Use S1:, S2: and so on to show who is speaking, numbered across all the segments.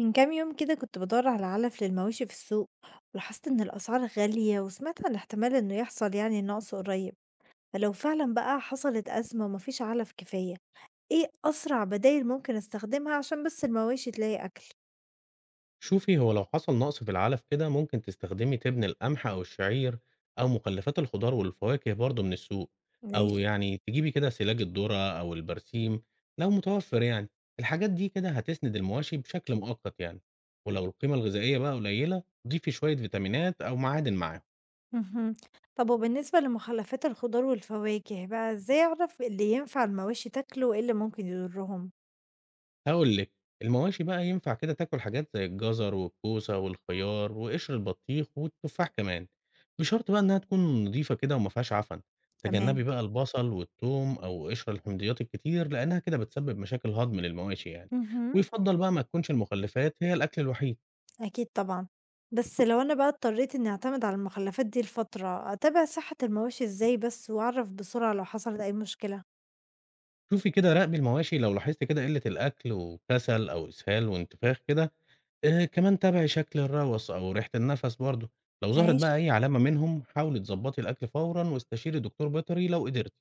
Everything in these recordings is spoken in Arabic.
S1: من كام يوم كده كنت بدور على علف للمواشي في السوق، ولاحظت إن الأسعار غالية وسمعت عن احتمال إنه يحصل يعني نقص قريب. فلو فعلا بقى حصلت أزمة ومفيش علف كفاية، إيه أسرع بدايل ممكن أستخدمها عشان بس المواشي تلاقي أكل؟
S2: شوفي هو لو حصل نقص في العلف كده ممكن تستخدمي تبن القمح أو الشعير أو مخلفات الخضار والفواكه برضه من السوق أو
S1: ماشي.
S2: يعني تجيبي كده سلاج الذرة أو البرسيم لو متوفر يعني. الحاجات دي كده هتسند المواشي بشكل مؤقت يعني، ولو القيمة الغذائية بقى قليلة ضيفي شوية فيتامينات أو معادن معاهم.
S1: مهم. طب وبالنسبة لمخلفات الخضار والفواكه بقى إزاي أعرف اللي ينفع المواشي تاكله وإيه اللي ممكن يضرهم؟
S2: هاقول لِك، المواشي بقى ينفع كده تاكل حاجات زي الجزر والكوسة والخيار وقشر البطيخ والتفاح كمان، بشرط بقى إنها تكون نضيفة كده وما فيهاش عفن، تجنبي
S1: تمام.
S2: بقى البصل والثوم أو قشر الحمضيات الكتير لأنها كده بتسبب مشاكل هضم للمواشي يعني،
S1: مهم.
S2: ويفضل بقى ما تكونش المخلفات هي الأكل الوحيد.
S1: أكيد طبعًا. بس لو أنا بقى اضطريت إنّي أعتمد على المخلّفات دي لفترة، أتابع صحة المواشي إزاي بس وأعرف بسرعة لو حصلت أي مشكلة؟
S2: شوفي كده راقبي المواشي لو لاحظتِ كده قلة الأكل وكسل أو إسهال وانتفاخ كده. كمان تابعي شكل الروَس أو ريحة النَفَس برضه، لو ظهرت
S1: ماشي.
S2: بقى أي علامة منهم حاولي تضبّطي الأكل فورًا واستشيري دكتور بيطري لو قدرتِ.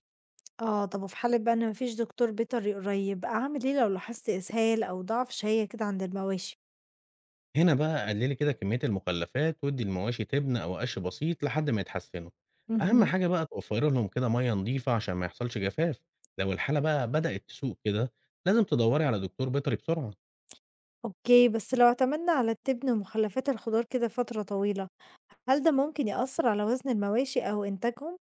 S1: آه، طب وفي حالة بقى إن ما فيش دكتور بيطري قريب، أعمل إيه لو لاحظت إسهال أو ضعف شهية كده عند المواشي؟
S2: هنا بقى قلّلي كده كمية المخلفات وادّي المواشي تبن أو قَش بسيط لحد ما يتحسنوا، أهم
S1: اهم.
S2: حاجة بقى توفّري لهم كده مَيّة نضيفة عشان ما يحصلش جفاف، لو الحالة بقى بدأت تسوء كده لازم تدوّري على دكتور بيطري بسرعة.
S1: أوكي، بس لو اعتمدنا على التبن ومخلّفات الخضار كده فترة طويلة، هل ده ممكن يأثّر على وزن المواشي أو إنتاجهم؟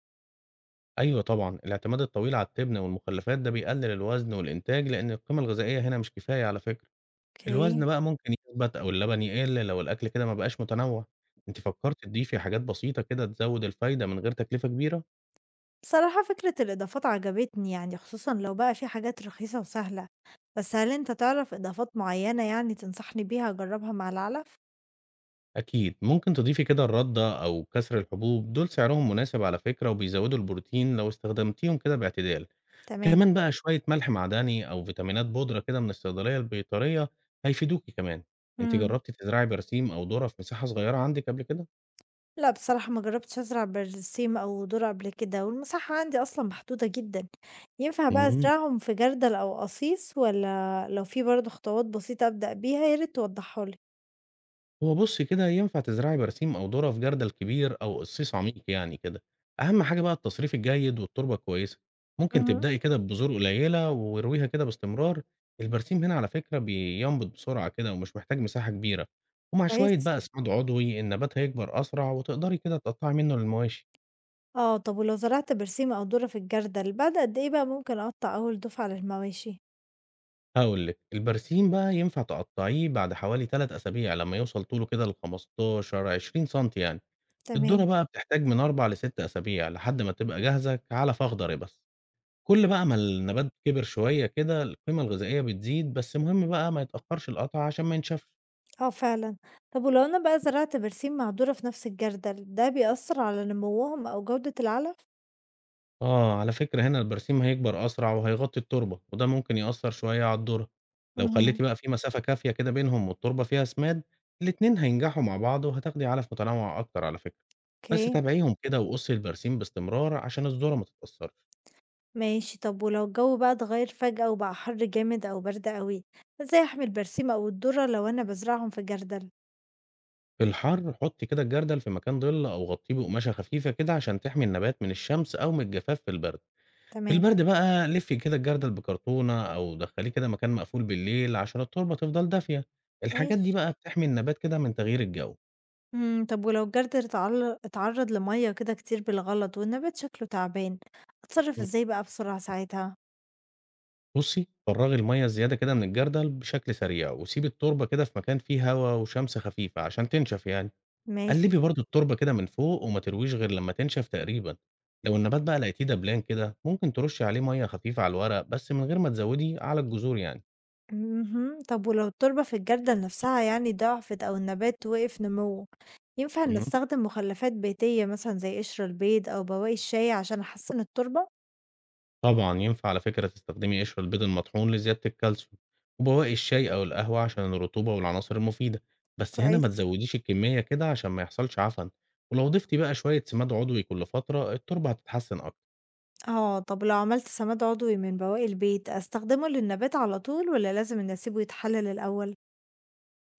S2: أيوه طبعًا، الاعتماد الطويل على التبن والمخلفات ده بيقلل الوزن والإنتاج لأن القيمة الغذائية هنا مش كفاية على فكرة.
S1: أوكي.
S2: الوزن بقى ممكن يثبت أو اللبن يقل لو الأكل كده ما بقاش متنوع، أنتِ فكرتِ تضيفي حاجات بسيطة كده تزود الفايدة من غير تكلفة كبيرة؟
S1: بصراحة فكرة الإضافات عجبتني يعني خصوصًا لو بقى في حاجات رخيصة وسهلة، بس هل أنت تعرف إضافات معيّنة يعني تنصحني بيها أجرّبها مع العلف؟
S2: أكيد، ممكن تضيفي كده الردة أو كسر الحبوب دول سعرهم مناسب على فكرة وبيزودوا البروتين لو استخدمتيهم كده باعتدال،
S1: تمام.
S2: كمان بقى شوية ملح معدني أو فيتامينات بودرة كده من الصيدلية البيطرية هيفيدوكِ كمان. أنتِ
S1: إمم.
S2: جربتِ تزرعي برسيم أو ذرة في مساحة صغيرة عندِك قبل كده؟
S1: لأ بصراحة ما جرّبتش أزرع برسيم أو ذرة قبل كده، والمساحة عندي أصلًا محدودة جدًا، ينفع بقى
S2: إمم.
S1: أزرعهم في جردل أو قصيص والّا لو في برضه خطوات بسيطة أبدأ بيها يا ريت توضّحها لي؟
S2: هو بُصّي كده، ينفع تزرعي برسيم أو ذرة في جردل كبير أو قصيص عميق يعني كده، أهم حاجة بقى التصريف الجيد والتربة الكويسة، ممكن
S1: اهم.
S2: تبدئي كده ببذور قليلة وارويها كده باستمرار. البرسيم هنا على فكرة بينبت بسرعة كده ومش محتاج مساحة كبيرة، ومع شوية
S1: كويس.
S2: بقى إسعاد عضوي النبات هيكبر أسرع وتقدري كده تقطّعي منه للمواشي.
S1: آه طب ولو زرعت برسيم أو ذرة في الجردل بعد قد إيه بقى ممكن أقطّع أول دُفعة للمواشي؟
S2: هاقول لِك، البرسيم بقى ينفع تقطّعيه بعد حوالي 3 أسابيع لمّا يوصل طوله كده ل15، 20 سنتي يعني. الذرة
S1: تمام.
S2: بقى بتحتاج من 4 ل6 أسابيع لحد ما تبقى جاهزة كعلف أخضر يبس. كل بقى ما النبات كبر شوية كده القيمة الغذائية بتزيد بس مهم بقى ما يتأخرش القطع عشان ما ينشفش.
S1: آه فعلًا. طب ولو أنا بقى زرعت برسيم مهدورة في نفس الجردل، ده بيأثر على نموهم أو جودة العلف؟
S2: آه على فكرة هنا البرسيم هيكبر أسرع وهيغطي التربة وده ممكن يأثر شوية على الذرة. لو
S1: اهم.
S2: خليتي بقى في مسافة كافية كده بينهم والتربة فيها سماد الاتنين هينجحوا مع بعض وهتاخدي علف متنوع أكتر على فكرة. بس
S1: أوكي.
S2: تابعيهم كده وقصي البرسيم باستمرار عشان الذرة ما تتأثرش.
S1: ماشي. طب ولو الجو بقى اتغير فجأة وبقى حر جامد أو برد أوي، إزاي أحمي البرسيم أو الذرة لو أنا بازرعهم في جردل؟
S2: في الحر حطي كده الجردل في مكان ظل أو غطيه بقماشة خفيفة كده عشان تحمي النبات من الشمس أو من الجفاف في البرد. في
S1: تمام.
S2: البرد بقى لفي كده الجردل بكرتونة أو دخليه كده مكان مقفول بالليل عشان التربة تفضل دافية. الحاجات دي
S1: ماشي.
S2: بقى بتحمي النبات كده من تغيير الجو.
S1: إمم، طب ولو الجردل اتعرض لمَيّة كده كتير بالغلط والنبات شكله تعبان، أتصرف
S2: مم.
S1: إزاي بقى بسرعة ساعتها؟
S2: بصي فرغي المية الزيادة كده من الجردل بشكل سريع وسيبي التربة كده في مكان فيه هواء وشمس خفيفة عشان تنشف يعني.
S1: ماشي.
S2: قلّبي برضه التربة كده من فوق وما ترويش غير لمّا تنشف تقريبًا، لو النبات بقى لقيتيه دبلان كده ممكن ترُشّي عليه مَيّة خفيفة على الورق بس من غير ما تزوّدي على الجذور يعني.
S1: اهم. طب ولو التربة في الجردل نفسها يعني ضعفت أو النبات وقف نموه، ينفع
S2: اهم.
S1: نستخدم مخلفات بيتية مثلًا زي قشر البيض أو بواقي الشاي عشان أحسن التربة؟
S2: طبعًا ينفع على فكرة تستخدمي قشر البيض المطحون لزيادة الكالسيوم، وبواقي الشاي أو القهوة عشان الرطوبة والعناصر المفيدة، بس هنا ما
S1: كويس.
S2: تزوّديش الكمية كده عشان ما يحصلش عفن، ولو ضفتِ بقى شوية سماد عضوي كل فترة التربة هتتحسن أكتر.
S1: آه، طب لو عملت سماد عضوي من بواقي البيت أستخدمه للنبات على طول ولا لازم إني أسيبه يتحلل الأول؟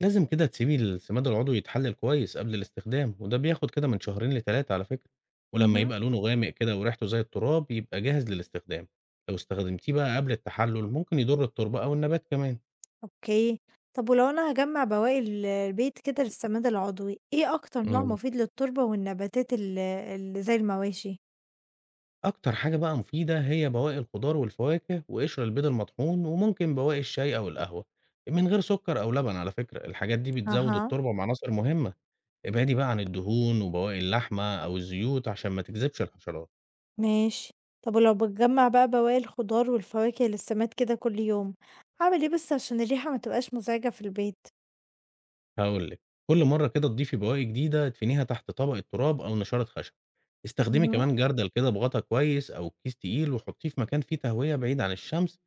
S2: لازم كده تسيبي السماد العضوي يتحلل كويس قبل الاستخدام وده بياخد كده من شهرين لتلاتة على فكرة. ولما
S1: مهم.
S2: يبقى لونه غامق كده وريحته زي التراب يبقى جاهز للاستخدام. لو استخدمتيه بقى قبل التحلل ممكن يضر التربة أو النبات كمان.
S1: أوكي، طب ولو أنا هاجمع بواقي البيت كده للسماد العضوي، إيه أكتر نوع
S2: مم.
S1: مفيد للتربة والنباتات اللي زي المواشي؟
S2: أكتر حاجة بقى مفيدة هي بواقي الخضار والفواكه وقشر البيض المطحون وممكن بواقي الشاي أو القهوة من غير سكر أو لبن على فكرة. الحاجات دي بتزود
S1: أها.
S2: التربة مع عناصر مهمة. ابعدي بقى عن الدهون وبواقي اللحمة أو الزيوت عشان ما تجذبش الحشرات.
S1: ماشي. طب ولو بتجمّع بقى بواقي الخضار والفواكه للسماد كده كل يوم، أعمل إيه بس عشان الريحة ما تبقاش مزعجة في البيت؟
S2: هاقول لِك، كل مرة كده تضيفي بواقي جديدة ادفنيها تحت طبقة تراب أو نشارة خشب، استخدمي
S1: اهم.
S2: كمان جردل كده بغطا كويس أو كيس تقيل وحطيه في مكان فيه تهوية بعيد عن الشمس،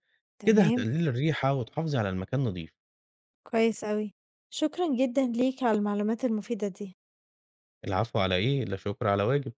S2: كده
S1: تمام.
S2: هتقللي الريحة وتحافظي على المكان نضيف.
S1: كويس أوي. شكرًا جدًا ليك على المعلومات المفيدة دي.
S2: العفو على إيه، لا شكر على واجب.